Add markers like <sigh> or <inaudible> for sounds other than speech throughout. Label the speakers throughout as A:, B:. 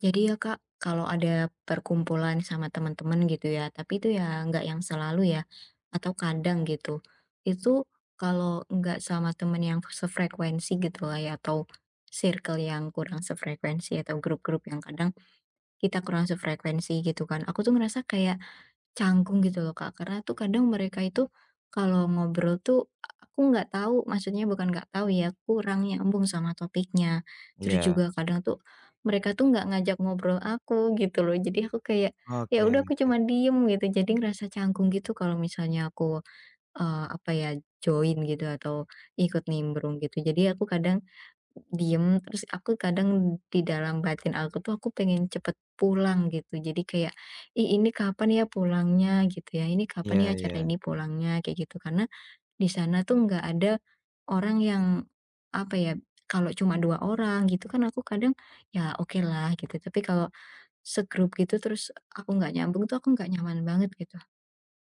A: Jadi ya Kak, kalau ada perkumpulan sama teman-teman gitu ya, tapi itu ya nggak yang selalu ya, atau kadang gitu. Itu kalau nggak sama temen yang sefrekuensi gitu lah ya, atau circle yang kurang sefrekuensi atau grup-grup yang kadang kita kurang sefrekuensi gitu kan. Aku tuh ngerasa kayak canggung gitu loh Kak, karena tuh kadang mereka itu kalau ngobrol tuh aku nggak tahu, maksudnya bukan nggak tahu ya, kurang nyambung sama topiknya. Terus
B: Iya,
A: juga kadang tuh mereka tuh nggak ngajak ngobrol aku gitu loh. Jadi aku kayak, ya udah
B: oke,
A: aku cuma diem gitu. Jadi ngerasa canggung gitu kalau misalnya aku, apa ya, join gitu atau ikut nimbrung gitu. Jadi aku kadang diem, terus aku kadang di dalam batin aku tuh aku pengen cepet pulang gitu. Jadi kayak, "Ih, ini kapan ya pulangnya?" gitu ya. "Ini
B: iya
A: kapan ya
B: iya.
A: acara ini pulangnya?" kayak gitu. Karena di sana tuh nggak ada orang yang apa ya, kalau cuma 2 orang gitu kan aku kadang, ya oke lah gitu. Tapi kalau segrup gitu terus aku nggak nyambung tuh aku nggak nyaman banget gitu.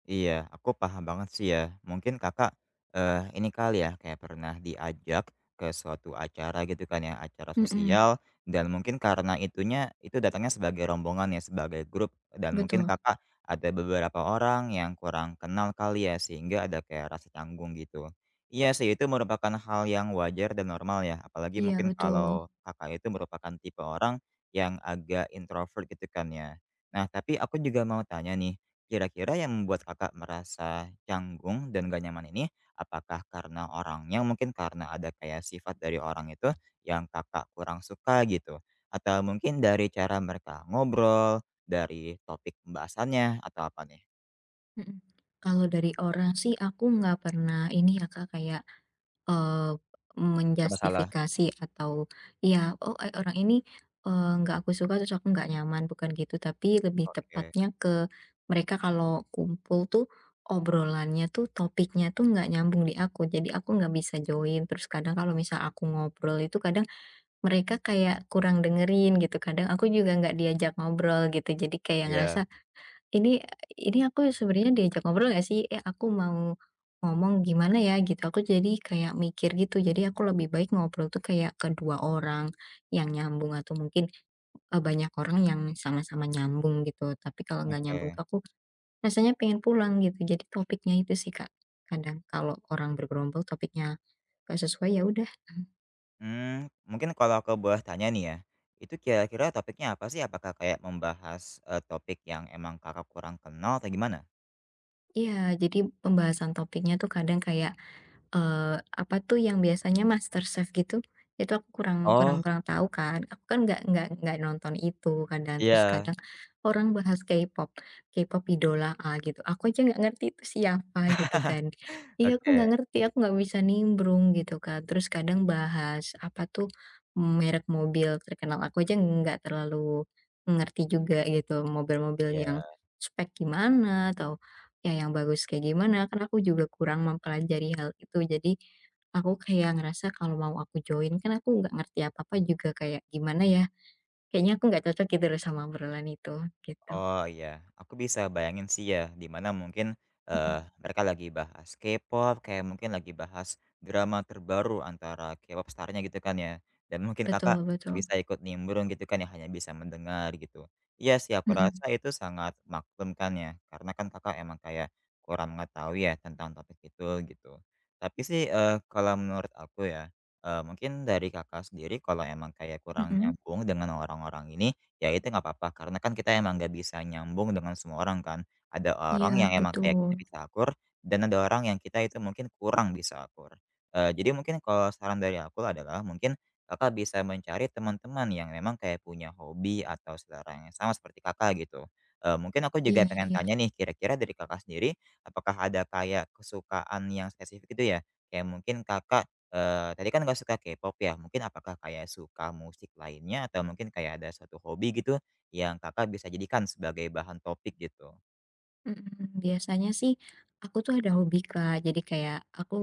B: Iya, aku paham banget sih ya. Mungkin Kakak, ini kali ya, kayak pernah diajak ke suatu acara gitu kan ya, acara
A: Mhm,
B: sosial dan mungkin karena itunya itu datangnya sebagai rombongan ya, sebagai grup dan mungkin
A: betul.
B: Kakak ada beberapa orang yang kurang kenal kali ya, sehingga ada kayak rasa canggung gitu. Iya sih, itu merupakan hal yang wajar dan normal ya, apalagi
A: Iya
B: mungkin
A: betul,
B: kalau Kakak itu merupakan tipe orang yang agak introvert gitu kan ya. Nah, tapi aku juga mau tanya nih, kira-kira yang membuat Kakak merasa canggung dan gak nyaman ini, apakah karena orangnya, mungkin karena ada kayak sifat dari orang itu yang Kakak kurang suka gitu? Atau mungkin dari cara mereka ngobrol, dari topik pembahasannya, atau apa nih?
A: mhm. Kalau dari orang sih aku nggak pernah ini ya Kak, kayak Eee,
B: Bermasalah.
A: menjustifikasi atau ya, "Oh, orang ini, nggak aku suka terus aku nggak nyaman," bukan gitu, tapi lebih
B: Oke,
A: tepatnya ke mereka kalau kumpul tuh obrolannya tuh topiknya tuh nggak nyambung di aku, jadi aku nggak bisa join, terus kadang kalau misal aku ngobrol itu kadang mereka kayak kurang dengerin gitu, kadang aku juga nggak diajak ngobrol gitu, jadi kayak ngerasa,
B: iya,
A: ini ini aku sebenarnya diajak ngobrol gak sih? Eh, aku mau ngomong gimana ya gitu. Aku jadi kayak mikir gitu. Jadi aku lebih baik ngobrol tuh kayak kedua orang yang nyambung atau mungkin eh, banyak orang yang sama-sama nyambung gitu. Tapi kalau nggak nyambung
B: oke.
A: tuh aku rasanya pengen pulang gitu. Jadi topiknya itu sih Kak. Kadang kalau orang bergerombol topiknya nggak sesuai ya udah.
B: Mungkin kalau aku boleh tanya nih ya, itu kira-kira topiknya apa sih? Apakah kayak membahas, topik yang emang Kakak kurang kenal atau gimana?
A: Iya, jadi pembahasan topiknya tuh kadang kayak apa tuh yang biasanya MasterChef gitu, itu aku kurang kurang
B: Oh,
A: kurang tahu kan, aku kan nggak nonton itu kadang, terus
B: iya,
A: kadang orang bahas K-pop, K-pop idola A gitu, aku aja nggak ngerti itu siapa gitu kan.
B: <laughs>
A: Iya aku
B: oke,
A: nggak ngerti, aku nggak bisa nimbrung gitu kan, terus kadang bahas apa tuh, merek mobil terkenal, aku aja nggak terlalu ngerti juga gitu, mobil-mobil yang
B: iya.
A: spek gimana atau ya yang bagus kayak gimana, kan aku juga kurang mempelajari hal itu. Jadi, aku kayak ngerasa kalau mau aku join kan aku nggak ngerti apa-apa juga kayak gimana ya, kayaknya aku nggak cocok gitu loh sama obrolan itu, gitu.
B: Oh iya, aku bisa bayangin sih ya, di mana mungkin, eee,
A: Mhm.
B: mereka lagi bahas K-pop, kayak mungkin lagi bahas drama terbaru antara K-pop starnya gitu kan ya, dan mungkin Kakak
A: Betul
B: nggak
A: betul.
B: bisa ikut nimbrung gitu kan ya, hanya bisa mendengar gitu. Iya sih, aku
A: Mhm.
B: rasa itu sangat maklum kan ya, karena kan Kakak emang kayak kurang mengetahui ya tentang topik itu gitu. Tapi sih, kalau menurut aku ya, mungkin dari Kakak sendiri kalau emang kayak kurang
A: Mhm.
B: nyambung dengan orang-orang ini, ya itu nggak apa-apa karena kan kita emang nggak bisa nyambung dengan semua orang kan. Ada
A: Iya
B: orang yang emang kayak
A: betul.
B: kita bisa akur dan ada orang yang kita itu mungkin kurang bisa akur. Jadi mungkin kalau saran dari aku adalah mungkin Kakak bisa mencari teman-teman yang memang kayak punya hobi atau selera yang sama seperti Kakak gitu. Mungkin aku juga
A: Iya
B: pengen
A: iya.
B: tanya nih kira-kira dari Kakak sendiri apakah ada kayak kesukaan yang spesifik gitu ya? Kayak mungkin Kakak, tadi kan Kakak suka K-pop ya, mungkin apakah kayak suka musik lainnya atau mungkin kayak ada suatu hobi gitu yang Kakak bisa jadikan sebagai bahan topik gitu?
A: Mhm, biasanya sih aku tuh ada hobi, Kak. Jadi kayak aku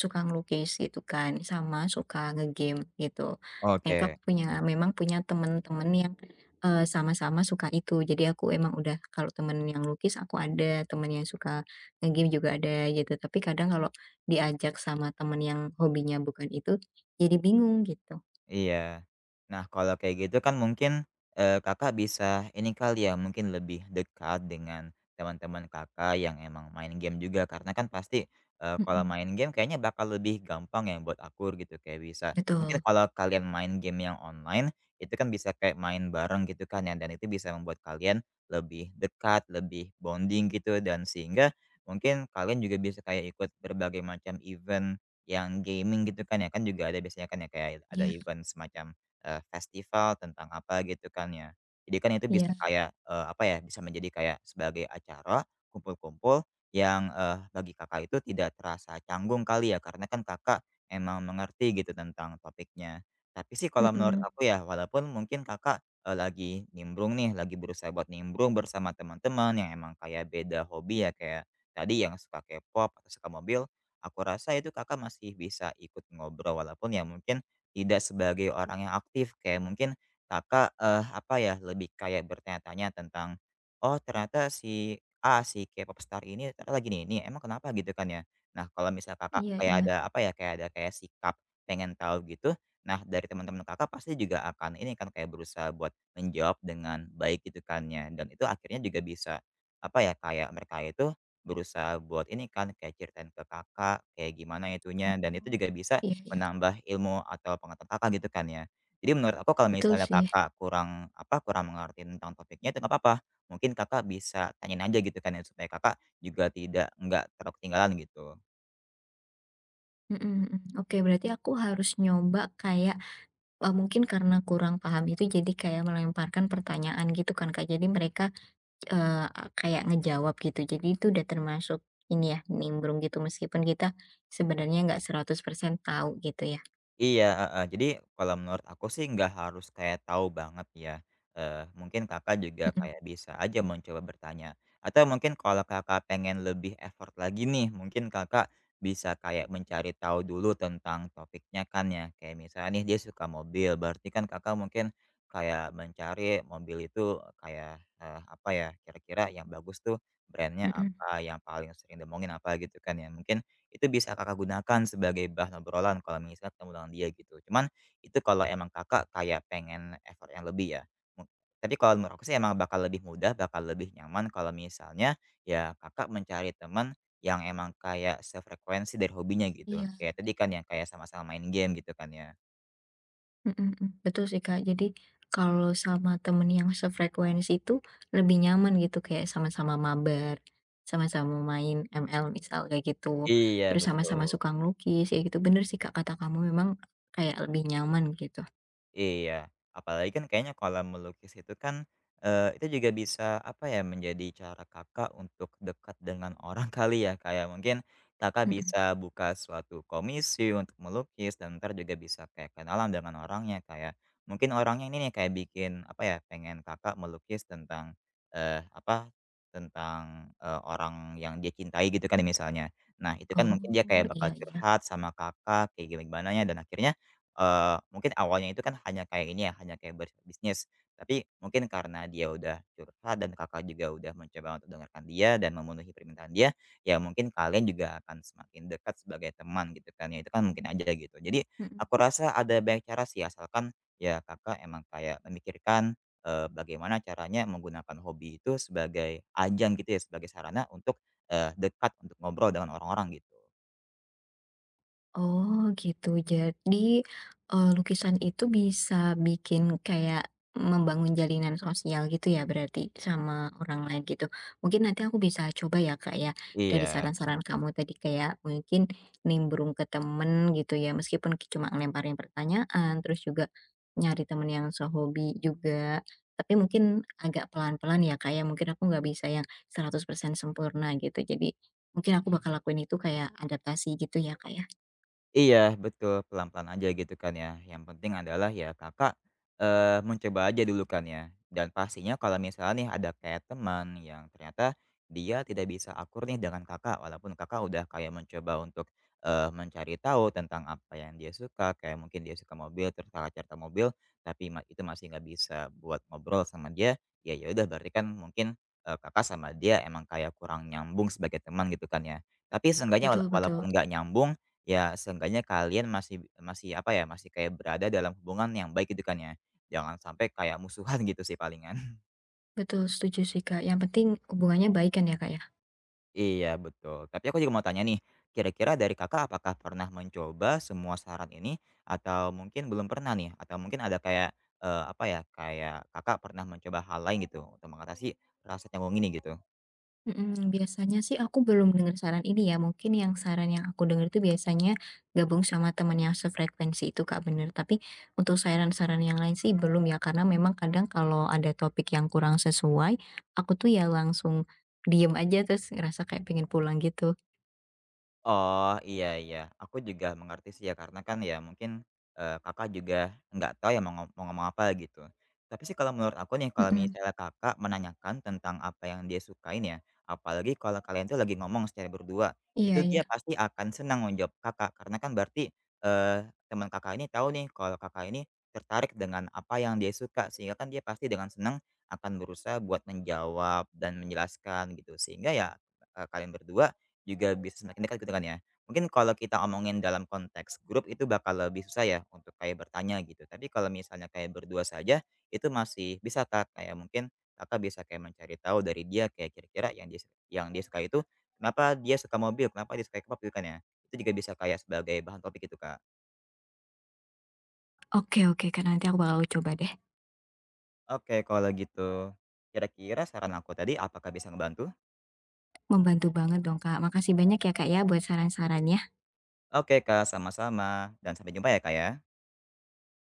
A: suka ngelukis gitu kan, sama suka ngegame gitu. Nah, itu aku
B: Oke.
A: punya memang punya temen-temen yang, sama-sama suka itu. Jadi aku emang udah kalau temen yang lukis aku ada, temen yang suka ngegame juga ada gitu. Tapi kadang kalau diajak sama temen yang hobinya bukan itu, jadi bingung gitu.
B: Iya. Nah, kalau kayak gitu kan mungkin, Kakak bisa ini kali ya, mungkin lebih dekat dengan teman-teman Kakak yang emang main game juga karena kan pasti, kalau
A: Mhm,
B: main game kayaknya bakal lebih gampang ya buat akur gitu, kayak bisa mungkin
A: betul.
B: kalau kalian main game yang online, itu kan bisa kayak main bareng gitu kan ya, dan itu bisa membuat kalian lebih dekat, lebih bonding gitu dan sehingga mungkin kalian juga bisa kayak ikut berbagai macam event yang gaming gitu kan ya, kan juga ada biasanya kan ya kayak ada
A: Iya
B: event semacam, festival tentang apa gitu kan ya. Jadi kan itu bisa
A: iya.
B: kayak, apa ya, bisa menjadi kayak sebagai acara kumpul-kumpul yang, bagi Kakak itu tidak terasa canggung kali ya, karena kan Kakak emang mengerti gitu tentang topiknya. Tapi sih kalau menurut
A: Mhm,
B: aku ya, walaupun mungkin Kakak, lagi nimbrung nih, lagi berusaha buat nimbrung bersama teman-teman yang emang kayak beda hobi ya, kayak tadi yang suka K-pop atau suka mobil, aku rasa itu Kakak masih bisa ikut ngobrol walaupun ya mungkin tidak sebagai orang yang aktif kayak mungkin Kakak, apa ya, lebih kayak bertanya-tanya tentang, "Oh ternyata si A, si K-pop star ini ternyata lagi nih ini, emang kenapa?" Gitu kan ya. Nah kalau misal Kakak
A: iya
B: kayak
A: iya.
B: ada apa ya, kayak ada kayak sikap pengen tahu gitu, nah dari teman-teman Kakak pasti juga akan ini kan kayak berusaha buat menjawab dengan baik gitu kan ya, dan itu akhirnya juga bisa apa ya, kayak mereka itu berusaha buat ini kan, kayak ceritain ke Kakak, kayak gimana
A: Oh,
B: itunya, dan itu juga bisa
A: iya iya.
B: menambah ilmu atau pengetahuan Kakak gitu kan ya. Jadi menurut aku kalau
A: Betul
B: misalnya
A: sih.
B: Kakak kurang, apa, kurang mengerti tentang topiknya itu nggak apa-apa. Mungkin Kakak bisa tanyain aja gitu kan ya, supaya Kakak juga tidak nggak terlalu ketinggalan gitu.
A: Mhm mhm. Oke, berarti aku harus nyoba kayak, mungkin karena kurang paham itu jadi kayak melemparkan pertanyaan gitu kan, Kak. Jadi mereka, eee, kayak ngejawab gitu. Jadi itu udah termasuk ini ya, nimbrung gitu meskipun kita sebenarnya nggak 100% tahu gitu ya.
B: Iya, heeh. Jadi kalau menurut aku sih nggak harus kayak tahu banget ya, mungkin Kakak juga
A: Mhm
B: kayak bisa aja mencoba bertanya atau mungkin kalau Kakak pengen lebih effort lagi nih, mungkin Kakak bisa kayak mencari tahu dulu tentang topiknya kan ya, kayak misalnya nih dia suka mobil, berarti kan Kakak mungkin kayak mencari mobil itu kayak, apa ya, kira-kira yang bagus tuh brandnya
A: mhm.
B: apa, yang paling sering diomongin apa gitu kan ya. Mungkin itu bisa Kakak gunakan sebagai bahan obrolan kalau misalnya ketemu dengan dia gitu. Cuman itu kalau emang Kakak kayak pengen effort yang lebih ya. Mu tapi kalau menurut aku sih emang bakal lebih mudah, bakal lebih nyaman kalau misalnya ya Kakak mencari teman yang emang kayak sefrekuensi dari hobinya gitu.
A: Iya.
B: Kayak tadi kan yang kayak sama-sama main game gitu kan ya.
A: Mhm mhm, betul sih Kak, jadi kalau sama temen yang sefrekuensi itu lebih nyaman gitu, kayak sama-sama mabar, sama-sama main ML misal kayak gitu,
B: Iya
A: terus sama-sama
B: betul.
A: suka ngelukis ya gitu, bener sih Kak kata kamu memang kayak lebih nyaman gitu,
B: Iya, apalagi kan kayaknya kalau melukis itu kan, itu juga bisa apa ya, menjadi cara Kakak untuk dekat dengan orang <laughs> kali ya, kayak mungkin Kakak
A: mhm.
B: bisa buka suatu komisi untuk melukis dan ntar juga bisa kayak kenalan dengan orangnya, kayak mungkin orangnya ini nih kayak bikin apa ya, pengen Kakak melukis tentang, apa, tentang, orang yang dia cintai gitu kan misalnya. Nah itu kan
A: Oh,
B: mungkin dia kayak bakal
A: iya iya,
B: curhat sama Kakak kayak gimana ya dan akhirnya mungkin awalnya itu kan hanya kayak ini ya, hanya kayak berbisnis, tapi mungkin karena dia udah curhat dan Kakak juga udah mencoba untuk dengarkan dia dan memenuhi permintaan dia, ya mungkin kalian juga akan semakin dekat sebagai teman gitu kan, ya itu kan mungkin aja gitu. Jadi
A: mhm.
B: aku rasa ada banyak cara sih asalkan ya Kakak emang kayak memikirkan, bagaimana caranya menggunakan hobi itu sebagai ajang gitu ya, sebagai sarana untuk, dekat untuk ngobrol dengan orang-orang gitu.
A: Oh gitu. Jadi, lukisan itu bisa bikin kayak membangun jalinan sosial gitu ya berarti sama orang lain gitu. Mungkin nanti aku bisa coba ya, Kak, ya, dari
B: Iya.
A: saran-saran kamu tadi kayak mungkin nimbrung ke temen gitu ya, meskipun cuma ngelemparin pertanyaan, terus juga nyari temen yang sehobi juga, tapi mungkin agak pelan-pelan ya, Kak, ya, mungkin aku nggak bisa yang 100% sempurna gitu. Jadi mungkin aku bakal lakuin itu kayak adaptasi gitu ya, Kak, ya?
B: Iya, betul, pelan-pelan aja gitu kan ya. Yang penting adalah ya Kakak, mencoba aja dulu kan ya. Dan pastinya kalau misalnya nih ada kayak teman yang ternyata dia tidak bisa akur nih dengan Kakak, walaupun Kakak udah kayak mencoba untuk, mencari tahu tentang apa yang dia suka, kayak mungkin dia suka mobil, terus Kakak cerita mobil, tapi itu masih nggak bisa buat ngobrol sama dia, ya ya udah berarti kan mungkin, Kakak sama dia emang kayak kurang nyambung sebagai teman gitu kan ya. Tapi seenggaknya
A: Betul
B: wala
A: betul.
B: walaupun nggak nyambung ya seenggaknya kalian masih masih apa ya, masih kayak berada dalam hubungan yang baik gitu kan ya. Jangan sampai kayak musuhan <laughs> gitu sih palingan. <laughs>
A: Betul, setuju sih, Kak. Yang penting hubungannya baik kan ya, Kak, ya?
B: Iya betul. Tapi aku juga mau tanya nih, kira-kira dari Kakak apakah pernah mencoba semua saran ini atau mungkin belum pernah nih? Atau mungkin ada kayak, apa ya, kayak Kakak pernah mencoba hal lain gitu untuk mengatasi rasa canggung ini gitu?
A: Mhm, biasanya sih aku belum dengar saran ini ya, mungkin yang saran yang aku dengar itu biasanya gabung sama teman yang sefrekuensi itu, Kak, bener. Tapi untuk saran-saran yang lain sih belum ya, karena memang kadang kalau ada topik yang kurang sesuai, aku tuh ya langsung diem aja terus ngerasa kayak pengen pulang gitu.
B: Oh, iya iya. Aku juga mengerti sih ya karena kan ya mungkin, Kakak juga nggak tahu ya mau ngomong apa gitu. Tapi sih kalau menurut aku nih kalau
A: Mhm,
B: misalnya Kakak menanyakan tentang apa yang dia sukain ya, apalagi kalau kalian tuh lagi ngomong secara berdua,
A: iya
B: itu
A: iya.
B: dia pasti akan senang menjawab Kakak karena kan berarti, teman Kakak ini tahu nih kalau Kakak ini tertarik dengan apa yang dia suka sehingga kan dia pasti dengan senang akan berusaha buat menjawab dan menjelaskan gitu. Sehingga ya, kalian berdua juga bisa semakin dekat gitu kan ya. Mungkin kalau kita omongin dalam konteks grup itu bakal lebih susah ya untuk kayak bertanya gitu. Tapi kalau misalnya kayak berdua saja itu masih bisa Kak, kayak mungkin Kakak bisa kayak mencari tahu dari dia kayak kira-kira yang dia suka itu kenapa dia suka mobil, kenapa dia suka K-pop gitu kan ya. Itu juga bisa kayak sebagai bahan topik gitu Kak.
A: Oke oke, Kak, nanti aku bakal coba deh.
B: Oke kalau gitu. Kira-kira saran aku tadi apakah bisa ngebantu?
A: Membantu banget dong, Kak. Makasih banyak ya, Kak, ya buat saran-sarannya.
B: Oke Kak, sama-sama dan sampai jumpa ya Kak ya.